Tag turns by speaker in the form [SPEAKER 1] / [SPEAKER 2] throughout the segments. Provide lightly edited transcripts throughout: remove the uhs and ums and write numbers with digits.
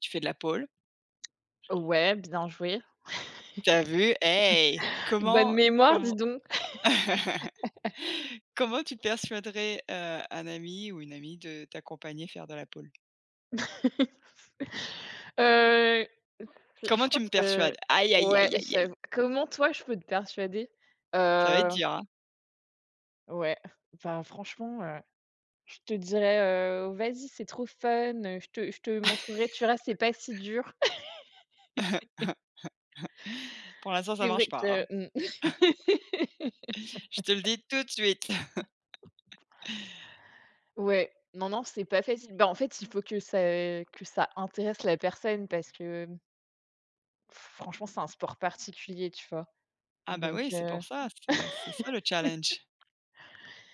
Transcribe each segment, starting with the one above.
[SPEAKER 1] Tu fais de la pole.
[SPEAKER 2] Ouais, bien joué.
[SPEAKER 1] T'as vu? Hey!
[SPEAKER 2] Bonne
[SPEAKER 1] Comment
[SPEAKER 2] mémoire, dis
[SPEAKER 1] comment
[SPEAKER 2] donc.
[SPEAKER 1] comment tu persuaderais, un ami ou une amie de t'accompagner faire de la pole?
[SPEAKER 2] Heu, puis je
[SPEAKER 1] Comment tu
[SPEAKER 2] crois
[SPEAKER 1] me persuades?
[SPEAKER 2] que
[SPEAKER 1] Aïe, aïe,
[SPEAKER 2] ouais,
[SPEAKER 1] aïe, aïe, aïe.
[SPEAKER 2] j'avoue. Comment toi, je peux te persuader?
[SPEAKER 1] Ça va être
[SPEAKER 2] Heu,
[SPEAKER 1] dur, hein.
[SPEAKER 2] ouais, bah, franchement, je te dirais: «Vas-y, c'est trop fun, je te montrerai, tu verras, c'est pas si dur».
[SPEAKER 1] Pour l'instant, ça
[SPEAKER 2] C'est vrai
[SPEAKER 1] marche pas, hein.
[SPEAKER 2] que
[SPEAKER 1] Je te le dis tout de suite.
[SPEAKER 2] ouais, non, non, c'est pas facile. Bah, en fait, il faut que ça intéresse la personne parce que, franchement, c'est un sport particulier, tu vois?
[SPEAKER 1] Ah bah
[SPEAKER 2] Donc,
[SPEAKER 1] oui, c'est pour ça, c'est ça le challenge.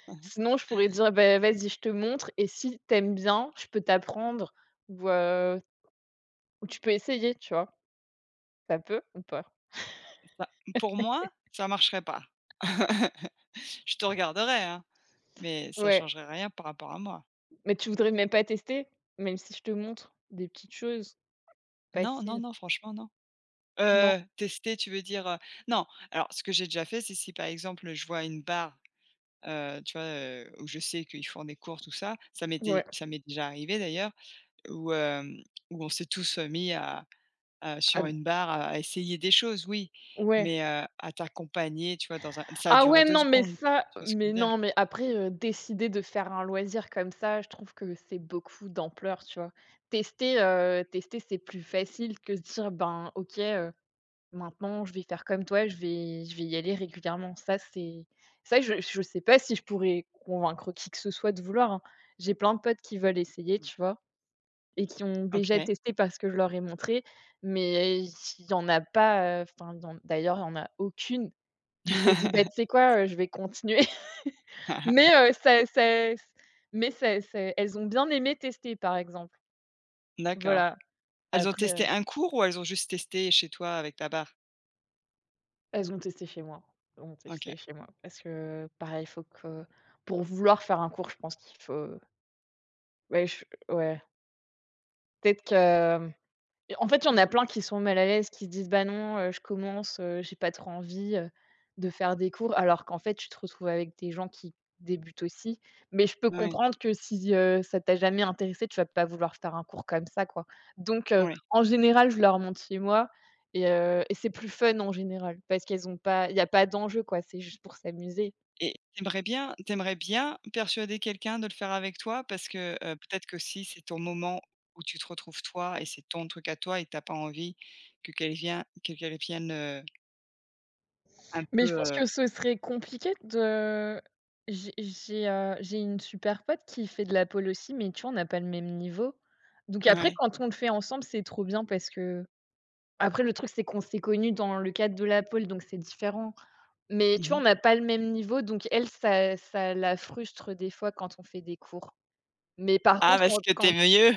[SPEAKER 2] sinon, je pourrais dire: «Beh, vas-y, je te montre et si t'aimes bien, je peux t'apprendre ou heu, ou tu peux essayer», tu vois? Ça peut ou pas?
[SPEAKER 1] Bah, pour moi, ça marcherait pas. Je te regarderais, hein, mais ça
[SPEAKER 2] Ouais,
[SPEAKER 1] changerait rien par rapport à moi.
[SPEAKER 2] mais tu voudrais même pas tester? Même si je te montre des petites choses
[SPEAKER 1] Non, non,
[SPEAKER 2] faciles?
[SPEAKER 1] non, franchement, non.
[SPEAKER 2] Non?
[SPEAKER 1] Tester, tu veux dire? Non, alors ce que j'ai déjà fait, c'est si par exemple, je vois une barre, tu vois, où je sais qu'ils font des cours, tout ça, ça
[SPEAKER 2] Ouais.
[SPEAKER 1] m'était ça m'est déjà arrivé d'ailleurs, où, hem, où on s'est tous, mis à
[SPEAKER 2] Ah
[SPEAKER 1] sur une barre à essayer des choses, oui,
[SPEAKER 2] ouais.
[SPEAKER 1] mais, à t'accompagner, tu vois, dans un ça a
[SPEAKER 2] Ah
[SPEAKER 1] duré
[SPEAKER 2] ouais,
[SPEAKER 1] 2
[SPEAKER 2] non, mais
[SPEAKER 1] secondes,
[SPEAKER 2] ça
[SPEAKER 1] tu vois ce que je
[SPEAKER 2] mais
[SPEAKER 1] veux dire?
[SPEAKER 2] non, mais après, décider de faire un loisir comme ça, je trouve que c'est beaucoup d'ampleur, tu vois? Tester, c'est plus facile que se dire: «Ben, OK, heu.» Maintenant, je vais faire comme toi, je vais y aller régulièrement. Ça, c'est ça, je sais pas si je pourrais convaincre qui que ce soit de vouloir, hein. J'ai plein de potes qui veulent essayer, tu vois? Et qui ont déjà
[SPEAKER 1] OK.
[SPEAKER 2] testé parce que je leur ai montré, mais il y en a pas, enfin, il y en d'ailleurs, il y en a aucune qui s'est dit: «Bah, tu sais quoi, je vais continuer». Mais ça mais ça elles ont bien aimé tester, par exemple. Voilà,
[SPEAKER 1] D'accord. Elles ont
[SPEAKER 2] après,
[SPEAKER 1] testé un cours ou elles ont juste testé chez toi avec ta barre?
[SPEAKER 2] elles ont testé chez moi. Elles ont
[SPEAKER 1] OK.
[SPEAKER 2] testé chez moi parce que pareil, il faut que pour vouloir faire un cours, je pense qu'il faut ouais, je ouais, peut-être que et en fait, il y en a plein qui sont mal à l'aise, qui se disent: «Bah, non, je commence, j'ai pas trop envie, de faire des cours», alors qu'en fait, tu te retrouves avec des gens qui débutent aussi. Mais je peux
[SPEAKER 1] Oui,
[SPEAKER 2] comprendre que si, ça t'a jamais intéressé, tu vas pas vouloir faire un cours comme ça, quoi. Donc
[SPEAKER 1] ouais.
[SPEAKER 2] en général, je leur montre chez moi et c'est plus fun en général parce qu'elles ont pas il y a pas d'enjeu, quoi, c'est juste pour s'amuser.
[SPEAKER 1] Et tu bien t'aimerais bien persuader quelqu'un de le faire avec toi? Parce que, peut-être que si c'est ton moment où tu te retrouves toi et c'est ton truc à toi et t'as pas envie que quelqu'un, un peu,
[SPEAKER 2] Mais je pense
[SPEAKER 1] heu
[SPEAKER 2] que ce serait compliqué de j'ai une super pote qui fait de la pole aussi, mais tu vois, on n'a pas le même niveau. Donc après,
[SPEAKER 1] ouais.
[SPEAKER 2] quand on le fait ensemble, c'est trop bien parce que après le truc, c'est qu'on s'est connus dans le cadre de la pole, donc c'est différent. Mais tu vois, on
[SPEAKER 1] Mmh.
[SPEAKER 2] n'a pas le même niveau, donc elle, ça la frustre des fois quand on fait des cours. Mais par
[SPEAKER 1] Ah,
[SPEAKER 2] contre,
[SPEAKER 1] parce
[SPEAKER 2] quand
[SPEAKER 1] que t'es
[SPEAKER 2] quand
[SPEAKER 1] mieux?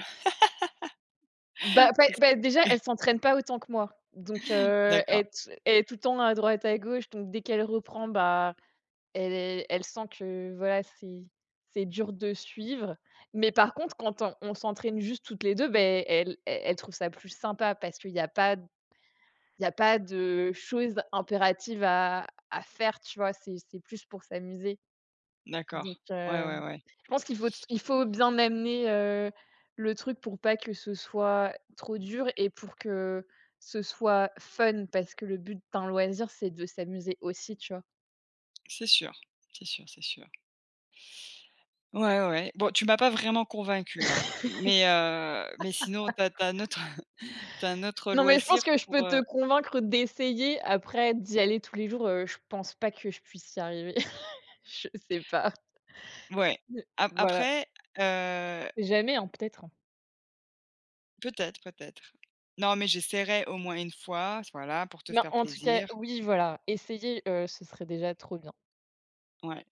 [SPEAKER 2] bah bah
[SPEAKER 1] C'est ce
[SPEAKER 2] bah,
[SPEAKER 1] que
[SPEAKER 2] déjà, elle s'entraîne pas autant que moi. Donc,
[SPEAKER 1] d'accord,
[SPEAKER 2] elle est tout le temps à droite, à gauche, donc dès qu'elle reprend, bah elle est elle sent que voilà, c'est dur de suivre. Mais par contre, quand on s'entraîne juste toutes les 2, ben elle e elle trouve ça plus sympa parce qu'il y a pas il y a pas de choses impératives à faire, tu vois? C'est plus pour s'amuser. Donc
[SPEAKER 1] d'accord. Ouais, ouais, ouais.
[SPEAKER 2] je pense qu'il faut t il faut bien amener, le truc pour pas que ce soit trop dur et pour que ce soit fun parce que le but d'un loisir, c'est de s'amuser aussi, tu vois?
[SPEAKER 1] C'est sûr, c'est sûr, c'est sûr. Ouais, ouais, ouais. Bon, tu m'as pas vraiment convaincu, hein, mais sinon t'as t'as un autre t'as un autre
[SPEAKER 2] Non, mais je pense
[SPEAKER 1] loisir
[SPEAKER 2] que je
[SPEAKER 1] pour,
[SPEAKER 2] peux te convaincre d'essayer. Après, d'y aller tous les jours, je pense pas que je puisse y arriver. Je sais pas.
[SPEAKER 1] ouais.
[SPEAKER 2] C'est
[SPEAKER 1] A
[SPEAKER 2] voilà.
[SPEAKER 1] après, heu
[SPEAKER 2] Jamais, hein, peut-être, hein.
[SPEAKER 1] peut-être, peut-être. Non, mais j'essaierai au moins une fois, voilà, pour te
[SPEAKER 2] Mais
[SPEAKER 1] faire
[SPEAKER 2] en tout cas,
[SPEAKER 1] plaisir.
[SPEAKER 2] oui, voilà, essayer, ce serait déjà trop bien.
[SPEAKER 1] Ouais,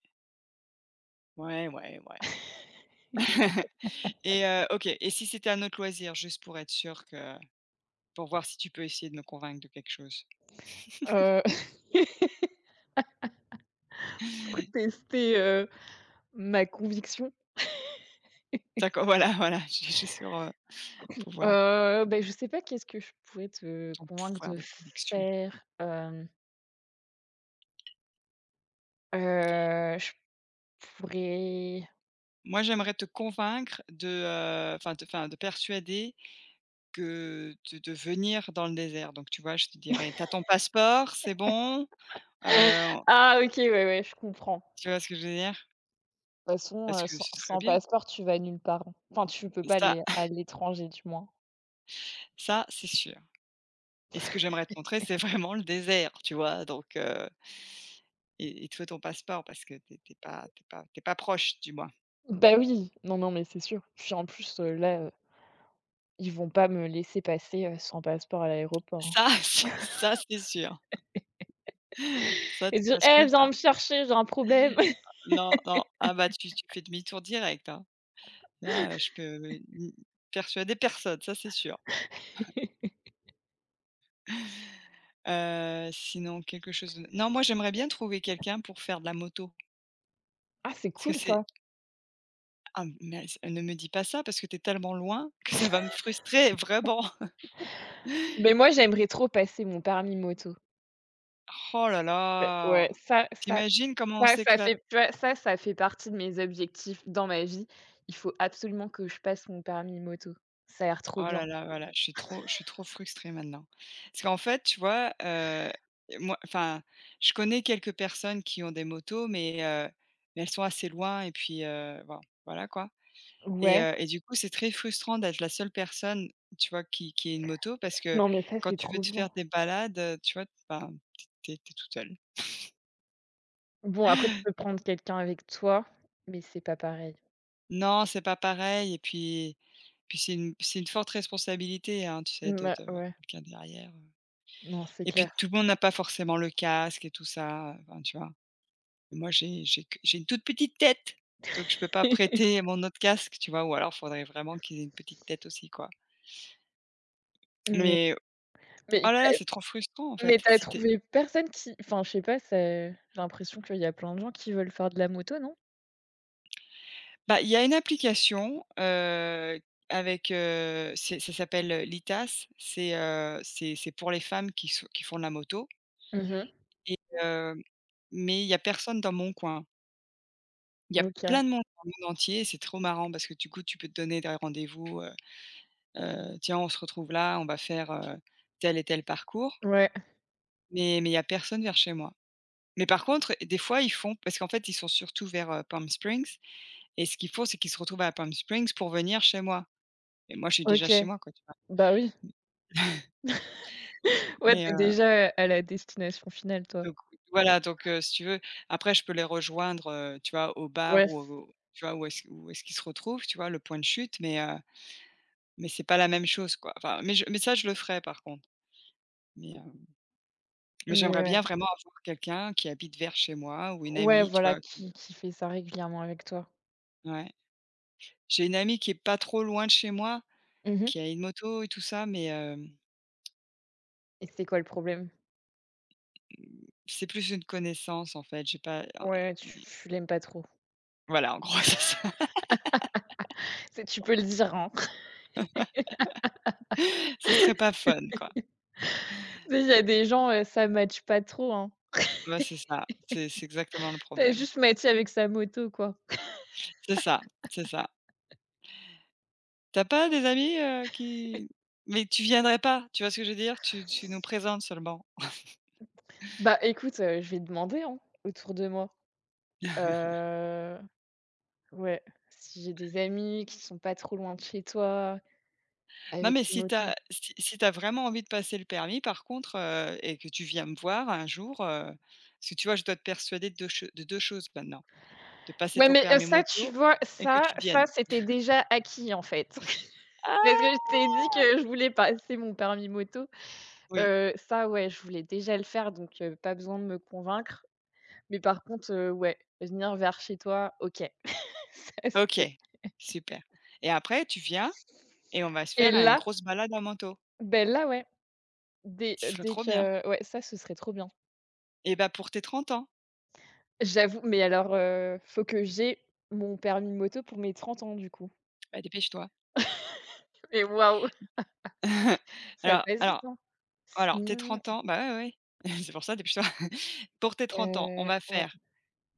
[SPEAKER 1] ouais, ouais, ouais. Et OK, et si c'était un autre loisir, juste pour être sûr que pour voir si tu peux essayer de me convaincre de quelque chose?
[SPEAKER 2] Heu, pour tester, ma conviction.
[SPEAKER 1] D'accord, voilà, voilà, je suis sur, pouvoir
[SPEAKER 2] Beh, je sais pas qu'est-ce que je pourrais te
[SPEAKER 1] ton
[SPEAKER 2] convaincre
[SPEAKER 1] pouvoir
[SPEAKER 2] de
[SPEAKER 1] de conviction.
[SPEAKER 2] faire? Hem, je pourrais
[SPEAKER 1] Moi, j'aimerais te convaincre de, enfin te enfin de persuader que de venir dans le désert. Donc tu vois, je te dirais: «T'as ton passeport, c'est bon?» heu,
[SPEAKER 2] ah OK, ouais, ouais, je comprends.
[SPEAKER 1] tu vois ce que je veux dire?
[SPEAKER 2] De toute façon,
[SPEAKER 1] Parce que
[SPEAKER 2] sans
[SPEAKER 1] ce serait
[SPEAKER 2] sans
[SPEAKER 1] bien.
[SPEAKER 2] passeport, tu vas nulle part. Enfin, tu peux pas
[SPEAKER 1] Ça
[SPEAKER 2] aller à l'étranger du moins.
[SPEAKER 1] ça, c'est sûr, et ce que j'aimerais te montrer, c'est vraiment le désert, tu vois? Donc et toi ton passeport parce que t'es es pas t'es pas t'es pas proche, du moins.
[SPEAKER 2] Bah oui, non, non, mais c'est sûr. Puis en plus, là, ils vont pas me laisser passer, sans passeport à l'aéroport, hein
[SPEAKER 1] Ça, c'est ça, c'est sûr. Ça,
[SPEAKER 2] et
[SPEAKER 1] tu
[SPEAKER 2] dire:
[SPEAKER 1] passes
[SPEAKER 2] «Eh,
[SPEAKER 1] nulle
[SPEAKER 2] viens
[SPEAKER 1] part.
[SPEAKER 2] me chercher, j'ai un problème».
[SPEAKER 1] Non, non. Ah bah, tu fais demi-tour direct, hein. Là, je peux n persuader personne, ça, c'est sûr. Sinon, quelque chose de, non, moi, j'aimerais bien trouver quelqu'un pour faire de la moto
[SPEAKER 2] Ah, c'est
[SPEAKER 1] parce que
[SPEAKER 2] cool
[SPEAKER 1] c'est
[SPEAKER 2] ça.
[SPEAKER 1] ah, mais ne me dis pas ça parce que tu es tellement loin que ça va me frustrer, vraiment.
[SPEAKER 2] Mais moi, j'aimerais trop passer mon permis moto.
[SPEAKER 1] Oh là
[SPEAKER 2] Ouais,
[SPEAKER 1] là!
[SPEAKER 2] ouais, ça ça
[SPEAKER 1] Tu comment on
[SPEAKER 2] ça ça
[SPEAKER 1] s'éclate?
[SPEAKER 2] fait tu vois, ça fait partie de mes objectifs dans ma vie. Il faut absolument que je passe mon permis moto. Ça a l'air trop
[SPEAKER 1] Oh
[SPEAKER 2] bien.
[SPEAKER 1] là là, voilà, je suis trop frustrée maintenant. Parce qu'en fait, tu vois, moi enfin, je connais quelques personnes qui ont des motos, mais elles sont assez loin et puis, bon, voilà quoi, et
[SPEAKER 2] Ouais,
[SPEAKER 1] heu et du coup, c'est très frustrant d'être la seule personne, tu vois, qui ait une moto parce que
[SPEAKER 2] non, mais ça,
[SPEAKER 1] quand
[SPEAKER 2] c'est
[SPEAKER 1] tu veux
[SPEAKER 2] trop
[SPEAKER 1] te faire
[SPEAKER 2] bien.
[SPEAKER 1] des balades, tu vois, ben, tu es toute seule.
[SPEAKER 2] Bon, après, tu peux prendre quelqu'un avec toi, mais c'est pas pareil.
[SPEAKER 1] Non, c'est pas pareil et puis c'est une forte responsabilité, hein, tu sais, de
[SPEAKER 2] Bah,
[SPEAKER 1] d'avoir
[SPEAKER 2] ouais.
[SPEAKER 1] quelqu'un derrière,
[SPEAKER 2] Non, c'est
[SPEAKER 1] et puis
[SPEAKER 2] clair.
[SPEAKER 1] tout le monde n'a pas forcément le casque et tout ça, enfin, tu vois? Moi, j'ai une toute petite tête, donc je peux pas prêter mon autre casque, tu vois? Ou alors faudrait vraiment qu'ils aient une petite tête aussi, quoi.
[SPEAKER 2] Mais
[SPEAKER 1] Mais
[SPEAKER 2] mais
[SPEAKER 1] oh là
[SPEAKER 2] t'as
[SPEAKER 1] là, c'est trop frustrant, en
[SPEAKER 2] mais
[SPEAKER 1] fait,
[SPEAKER 2] tu
[SPEAKER 1] si tu
[SPEAKER 2] trouvé personne qui enfin, je sais pas, c'est j'ai l'impression qu'il y a plein de gens qui veulent faire de la moto, non?
[SPEAKER 1] bah, il y a une application, avec, c'est ça s'appelle, Litas, c'est pour les femmes qui font de la moto,
[SPEAKER 2] Mhm
[SPEAKER 1] et heu, mais il y a personne dans mon coin. Il y a plein
[SPEAKER 2] OK.
[SPEAKER 1] de monde dans le monde entier, c'est trop marrant parce que du coup, tu peux te donner des rendez-vous, tiens, on se retrouve là, on va faire, tel et tel parcours,
[SPEAKER 2] Ouais.
[SPEAKER 1] mais il y a personne vers chez moi. Mais par contre, des fois, ils font parce qu'en fait, ils sont surtout vers, Palm Springs, et ce qu'ils font, c'est qu'ils se retrouvent à Palm Springs pour venir chez moi, et moi, je suis déjà
[SPEAKER 2] OK.
[SPEAKER 1] chez moi, quoi, tu vois?
[SPEAKER 2] Bah, oui. Ouais,
[SPEAKER 1] Mais,
[SPEAKER 2] t'es déjà à la destination finale, toi.
[SPEAKER 1] donc voilà, donc, si tu veux, après je peux les rejoindre, tu vois, au bar ou
[SPEAKER 2] Ouais,
[SPEAKER 1] au tu vois, où est-ce qu'ils se retrouvent, tu vois, le point de chute, mais Mais c'est pas la même chose, quoi. Enfin, mais ça, je le ferai par contre. Mais, heu, mais
[SPEAKER 2] mais
[SPEAKER 1] j'aimerais
[SPEAKER 2] ouais.
[SPEAKER 1] bien vraiment avoir quelqu'un qui habite vers chez moi ou une
[SPEAKER 2] Ouais,
[SPEAKER 1] amie, tu
[SPEAKER 2] voilà,
[SPEAKER 1] vois? Que
[SPEAKER 2] qui fait ça régulièrement avec toi.
[SPEAKER 1] Ouais. J'ai une amie qui est pas trop loin de chez moi,
[SPEAKER 2] Mhm.
[SPEAKER 1] qui a une moto et tout ça, mais,
[SPEAKER 2] Et c'est quoi le problème?
[SPEAKER 1] c'est plus une connaissance, en fait. J'ai pas un
[SPEAKER 2] Ouais, tu l'aimes pas trop.
[SPEAKER 1] Voilà, en gros, c'est ça.
[SPEAKER 2] C'est tu peux le dire, hein.
[SPEAKER 1] Ce serait pas fun, quoi.
[SPEAKER 2] Tu sais, il y a des gens, ça match pas trop, hein.
[SPEAKER 1] Ouais, c'est ça. C'est exactement le
[SPEAKER 2] Tu
[SPEAKER 1] problème.
[SPEAKER 2] juste Mathieu avec sa moto, quoi.
[SPEAKER 1] C'est ça, c'est ça. T'as pas des amis, qui mais tu viendrais pas, tu vois ce que je veux dire? Tu nous présentes seulement.
[SPEAKER 2] Bah, écoute, je vais demander, hein, autour de moi. Heu, ouais, si j'ai des amis qui sont pas trop loin de chez toi,
[SPEAKER 1] Non,
[SPEAKER 2] avec
[SPEAKER 1] mais
[SPEAKER 2] une
[SPEAKER 1] si tu
[SPEAKER 2] moto.
[SPEAKER 1] as si si tu vraiment envie de passer le permis par contre, et que tu viens me voir un jour, parce que tu vois, je dois te persuader de 2 choses maintenant, de passer
[SPEAKER 2] Ouais,
[SPEAKER 1] ton
[SPEAKER 2] mais,
[SPEAKER 1] permis
[SPEAKER 2] ça, tu
[SPEAKER 1] moto
[SPEAKER 2] vois,
[SPEAKER 1] et que
[SPEAKER 2] ça
[SPEAKER 1] tu viennes.
[SPEAKER 2] ça, c'était déjà acquis, en fait. Parce
[SPEAKER 1] Ah!
[SPEAKER 2] que je t'ai dit que je voulais passer mon permis moto.
[SPEAKER 1] Oui,
[SPEAKER 2] Ça, ouais, je voulais déjà le faire, donc, pas besoin de me convaincre. Mais par contre, ouais, venir vers chez toi, OK.
[SPEAKER 1] OK, super, et après tu viens et on va se
[SPEAKER 2] Et
[SPEAKER 1] faire une
[SPEAKER 2] là,
[SPEAKER 1] grosse balade en manteau.
[SPEAKER 2] beh, là, ouais. Dès
[SPEAKER 1] Ce serait
[SPEAKER 2] dès
[SPEAKER 1] trop bien
[SPEAKER 2] que ouais, ça, ce serait trop bien.
[SPEAKER 1] et bah, pour tes trente ans,
[SPEAKER 2] J'avoue, mais alors, faut que j'ai mon permis moto pour mes 30 ans, du coup.
[SPEAKER 1] bah, dépêche-toi.
[SPEAKER 2] Et waouh! Ça
[SPEAKER 1] Alors
[SPEAKER 2] passe vite,
[SPEAKER 1] alors
[SPEAKER 2] hein?
[SPEAKER 1] alors, tes
[SPEAKER 2] Sinon,
[SPEAKER 1] 30 ans, bah, ouais, ouais, c'est pour ça, dépêche-toi. Pour tes trente ans, on va
[SPEAKER 2] ouais.
[SPEAKER 1] faire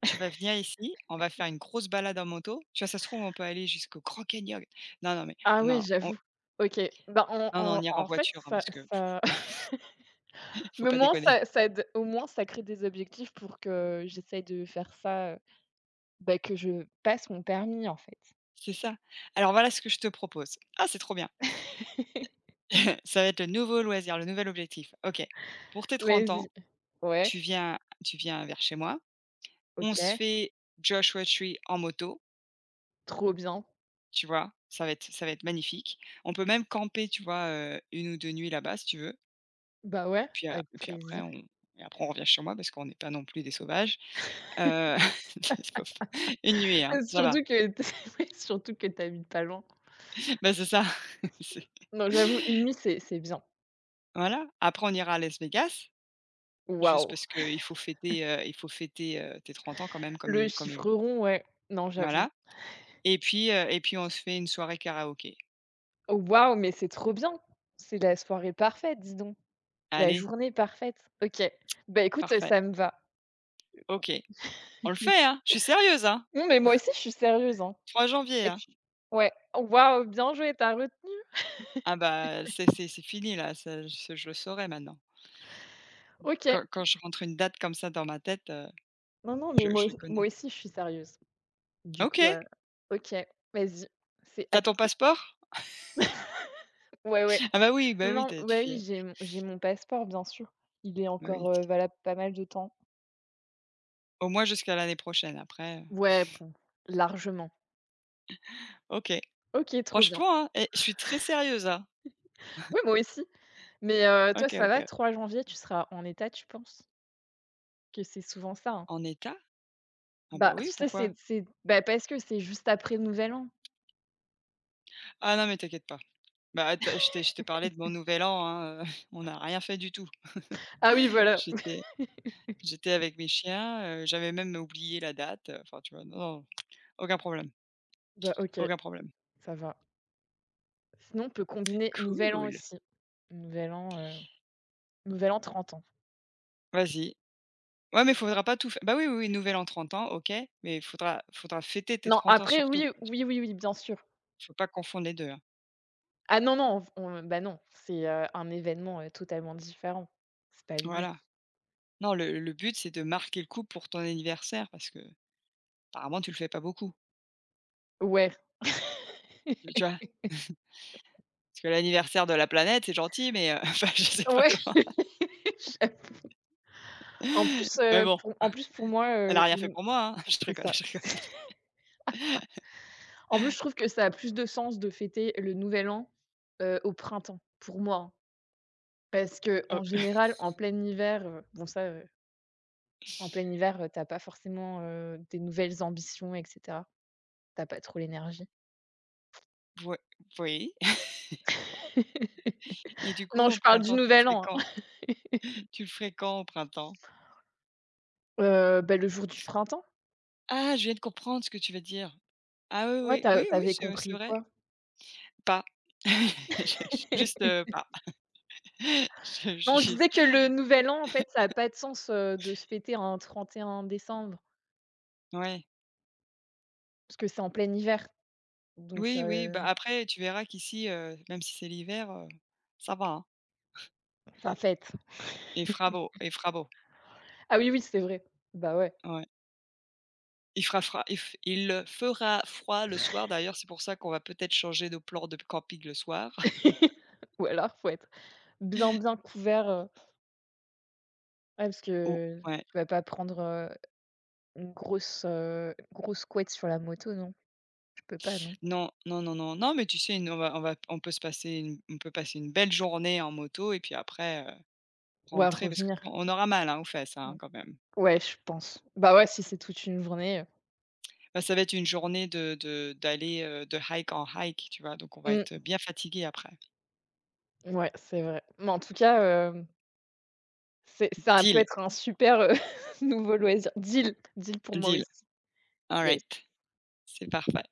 [SPEAKER 1] Tu vas venir ici, on va faire une grosse balade en moto. Tu vois, ça se trouve, on peut aller jusqu'au Grand Canyon. Non, non, mais
[SPEAKER 2] Ah ouais,
[SPEAKER 1] non, on
[SPEAKER 2] j'avoue. OK. Ben, en
[SPEAKER 1] non, non, on
[SPEAKER 2] en
[SPEAKER 1] ira en
[SPEAKER 2] en fait,
[SPEAKER 1] voiture, hein,
[SPEAKER 2] ça
[SPEAKER 1] parce que
[SPEAKER 2] ça
[SPEAKER 1] faut
[SPEAKER 2] mais au
[SPEAKER 1] pas
[SPEAKER 2] moins
[SPEAKER 1] déconner.
[SPEAKER 2] ça aide au moins ça crée des objectifs pour que j'essaye de faire ça, bah, que je passe mon permis, en fait.
[SPEAKER 1] C'est ça. Alors voilà ce que je te propose. Ah, c'est trop bien. Ça va être le nouveau loisir, le nouvel objectif. OK. Pour tes 30
[SPEAKER 2] Vas-y.
[SPEAKER 1] ans,
[SPEAKER 2] Ouais,
[SPEAKER 1] tu viens tu viens vers chez moi. On se
[SPEAKER 2] OK,
[SPEAKER 1] fait Joshua Tree en moto,
[SPEAKER 2] trop bien.
[SPEAKER 1] tu vois? Ça va être magnifique. On peut même camper, tu vois, 1 ou 2 nuits là-bas si tu veux.
[SPEAKER 2] Bah, ouais,
[SPEAKER 1] Puis a
[SPEAKER 2] avec
[SPEAKER 1] puis après
[SPEAKER 2] plaisir.
[SPEAKER 1] on et après on revient chez moi parce qu'on n'est pas non plus des sauvages. Heu, une nuit, hein, ça va.
[SPEAKER 2] Surtout que t ouais, surtout que tu habites pas loin.
[SPEAKER 1] Bah, c'est ça, c'est
[SPEAKER 2] Non, j'avoue, une nuit, c'est bien.
[SPEAKER 1] voilà. Après on ira à Las Vegas, juste
[SPEAKER 2] Waouh!
[SPEAKER 1] parce qu'il faut fêter, tes 30 ans quand même, comme
[SPEAKER 2] Le
[SPEAKER 1] il comme il
[SPEAKER 2] chiffre rond, ouais. Non, j'avoue.
[SPEAKER 1] voilà, et puis on se fait une soirée karaoké.
[SPEAKER 2] Waouh, mais c'est trop bien! C'est la soirée parfaite, dis donc. La
[SPEAKER 1] Allez,
[SPEAKER 2] journée parfaite. OK. Bah, écoute,
[SPEAKER 1] parfait,
[SPEAKER 2] ça me va.
[SPEAKER 1] OK. On le fait, hein, je suis sérieuse, hein,
[SPEAKER 2] Non, mais moi aussi, je suis sérieuse, hein.
[SPEAKER 1] trois janvier,
[SPEAKER 2] Et
[SPEAKER 1] hein.
[SPEAKER 2] tu ouais. Waouh, bien joué, tu as retenu?
[SPEAKER 1] Ah bah, c'est fini là, ça ce je le saurai maintenant.
[SPEAKER 2] OK.
[SPEAKER 1] Quand je rentre une date comme ça dans ma tête,
[SPEAKER 2] Non, non,
[SPEAKER 1] je
[SPEAKER 2] mais moi
[SPEAKER 1] je les
[SPEAKER 2] aussi
[SPEAKER 1] connais.
[SPEAKER 2] moi aussi, je suis sérieuse. Du coup,
[SPEAKER 1] OK,
[SPEAKER 2] OK, vas-y, c'est
[SPEAKER 1] tu as ton
[SPEAKER 2] acté.
[SPEAKER 1] passeport?
[SPEAKER 2] Ouais, ouais.
[SPEAKER 1] Ah bah oui, tu
[SPEAKER 2] Non,
[SPEAKER 1] as tu
[SPEAKER 2] ouais, oui,
[SPEAKER 1] fais
[SPEAKER 2] j'ai mon passeport, bien sûr. Il est
[SPEAKER 1] bah oui.
[SPEAKER 2] encore, valable pas mal de temps.
[SPEAKER 1] Au moins jusqu'à l'année prochaine après,
[SPEAKER 2] Ouais, bon, largement.
[SPEAKER 1] OK.
[SPEAKER 2] OK, trop bien.
[SPEAKER 1] Franchement, hein, eh, je suis très sérieuse, hein.
[SPEAKER 2] Oui, moi aussi, mais toi,
[SPEAKER 1] OK,
[SPEAKER 2] ça va,
[SPEAKER 1] OK.
[SPEAKER 2] 3 janvier, tu seras en état, tu penses? Que c'est souvent ça, hein?
[SPEAKER 1] En état? Ah bah,
[SPEAKER 2] Bah, tu
[SPEAKER 1] oui,
[SPEAKER 2] sais,
[SPEAKER 1] pourquoi?
[SPEAKER 2] c'est bah, parce que c'est juste après le nouvel an.
[SPEAKER 1] Ah non, mais t'inquiète pas. Bah, tu as je t'ai parlé de mon nouvel an, hein, on n'a rien fait du tout.
[SPEAKER 2] Ah oui, voilà.
[SPEAKER 1] J'étais j'étais avec mes chiens, j'avais même oublié la date, enfin, tu vois? Non, non, aucun problème,
[SPEAKER 2] Bah, OK,
[SPEAKER 1] aucun problème.
[SPEAKER 2] ça va. Sinon, on peut combiner nouvel an
[SPEAKER 1] Cool.
[SPEAKER 2] aussi. Nouvel an, heu, nouvel an, 30 ans.
[SPEAKER 1] Vas-y. Ouais, mais faudra pas tout fai bah, oui, oui, oui, nouvel an, 30 ans, OK, mais faudra fêter tes
[SPEAKER 2] Non,
[SPEAKER 1] 30 ans
[SPEAKER 2] après,
[SPEAKER 1] surtout,
[SPEAKER 2] oui,
[SPEAKER 1] quoi, tu
[SPEAKER 2] oui,
[SPEAKER 1] vois?
[SPEAKER 2] oui, oui, bien sûr.
[SPEAKER 1] Faut pas confondre les deux, hein.
[SPEAKER 2] Ah non, non, on bah non, c'est, un événement, totalement différent. C'est pas le but.
[SPEAKER 1] Voilà. Non, le but, c'est de marquer le coup pour ton anniversaire parce que apparemment tu le fais pas beaucoup.
[SPEAKER 2] Ouais,
[SPEAKER 1] Tu vois? Parce que l'anniversaire de la planète, c'est gentil, enfin, je sais pas
[SPEAKER 2] ouais,
[SPEAKER 1] comment
[SPEAKER 2] en plus,
[SPEAKER 1] mais bon,
[SPEAKER 2] pour en plus pour moi,
[SPEAKER 1] elle a rien fait pour moi, hein. Je
[SPEAKER 2] c'est
[SPEAKER 1] rigole,
[SPEAKER 2] ça.
[SPEAKER 1] je rigole.
[SPEAKER 2] En plus, je trouve que ça a plus de sens de fêter le nouvel an, au printemps, pour moi, hein. Parce que
[SPEAKER 1] Heu,
[SPEAKER 2] en général, en plein hiver, bon ça, en plein hiver, tu pas forcément, des nouvelles ambitions et cetera. Tu pas trop l'énergie.
[SPEAKER 1] voi oui, et du coup,
[SPEAKER 2] Non,
[SPEAKER 1] au
[SPEAKER 2] je parle du
[SPEAKER 1] printemps, tu le
[SPEAKER 2] nouvel
[SPEAKER 1] ferais
[SPEAKER 2] an,
[SPEAKER 1] quand?
[SPEAKER 2] hein.
[SPEAKER 1] Tu le ferais quand au printemps?
[SPEAKER 2] Bah, le jour du printemps.
[SPEAKER 1] Ah, je viens de comprendre ce que tu veux dire. Ah oui,
[SPEAKER 2] Ouais,
[SPEAKER 1] oui,
[SPEAKER 2] t'as
[SPEAKER 1] oui, oui,
[SPEAKER 2] t'avais
[SPEAKER 1] c'est
[SPEAKER 2] compris
[SPEAKER 1] vrai.
[SPEAKER 2] quoi?
[SPEAKER 1] Pas. Juste, pas.
[SPEAKER 2] Non, je
[SPEAKER 1] Juste,
[SPEAKER 2] disais que le nouvel an, en fait, ça a pas de sens, de se fêter un 31 décembre,
[SPEAKER 1] ouais.
[SPEAKER 2] parce que c'est en plein hiver, donc
[SPEAKER 1] Oui, oui, bah, après tu verras qu'ici, même si c'est l'hiver, ça va, hein.
[SPEAKER 2] enfin fête.
[SPEAKER 1] Il fera beau,
[SPEAKER 2] Ah oui, oui, c'est vrai. Bah, ouais.
[SPEAKER 1] ouais. Il fera froid, il fera froid le soir d'ailleurs, c'est pour ça qu'on va peut-être changer de plan de camping le soir
[SPEAKER 2] Ou alors, faut être bien, bien couvert, ouais, parce
[SPEAKER 1] ou
[SPEAKER 2] que
[SPEAKER 1] ouais.
[SPEAKER 2] tu vas pas prendre, une grosse, grosse couette sur la moto, non? Tu peux pas, non?
[SPEAKER 1] Non, non, non, non, non, mais tu sais, une on va on va on peut passer une belle journée en moto et puis après,
[SPEAKER 2] Ou à
[SPEAKER 1] rentrer parce que
[SPEAKER 2] revenir,
[SPEAKER 1] on aura mal, hein, aux fesses, hein,
[SPEAKER 2] non?
[SPEAKER 1] quand même.
[SPEAKER 2] Ouais, je pense. Bah, ouais, si c'est toute une journée,
[SPEAKER 1] Bah, ça va être une journée de d'aller, de hike en hike, tu vois? Donc on va
[SPEAKER 2] heu,
[SPEAKER 1] être bien fatigué après.
[SPEAKER 2] mmh, ouais, c'est vrai. Mais en tout cas, hem c'est ça peut
[SPEAKER 1] Deal,
[SPEAKER 2] être un super, nouveau loisir. Deal, deal pour moi
[SPEAKER 1] deal.
[SPEAKER 2] aussi.
[SPEAKER 1] All
[SPEAKER 2] Yes.
[SPEAKER 1] right. C'est parfait.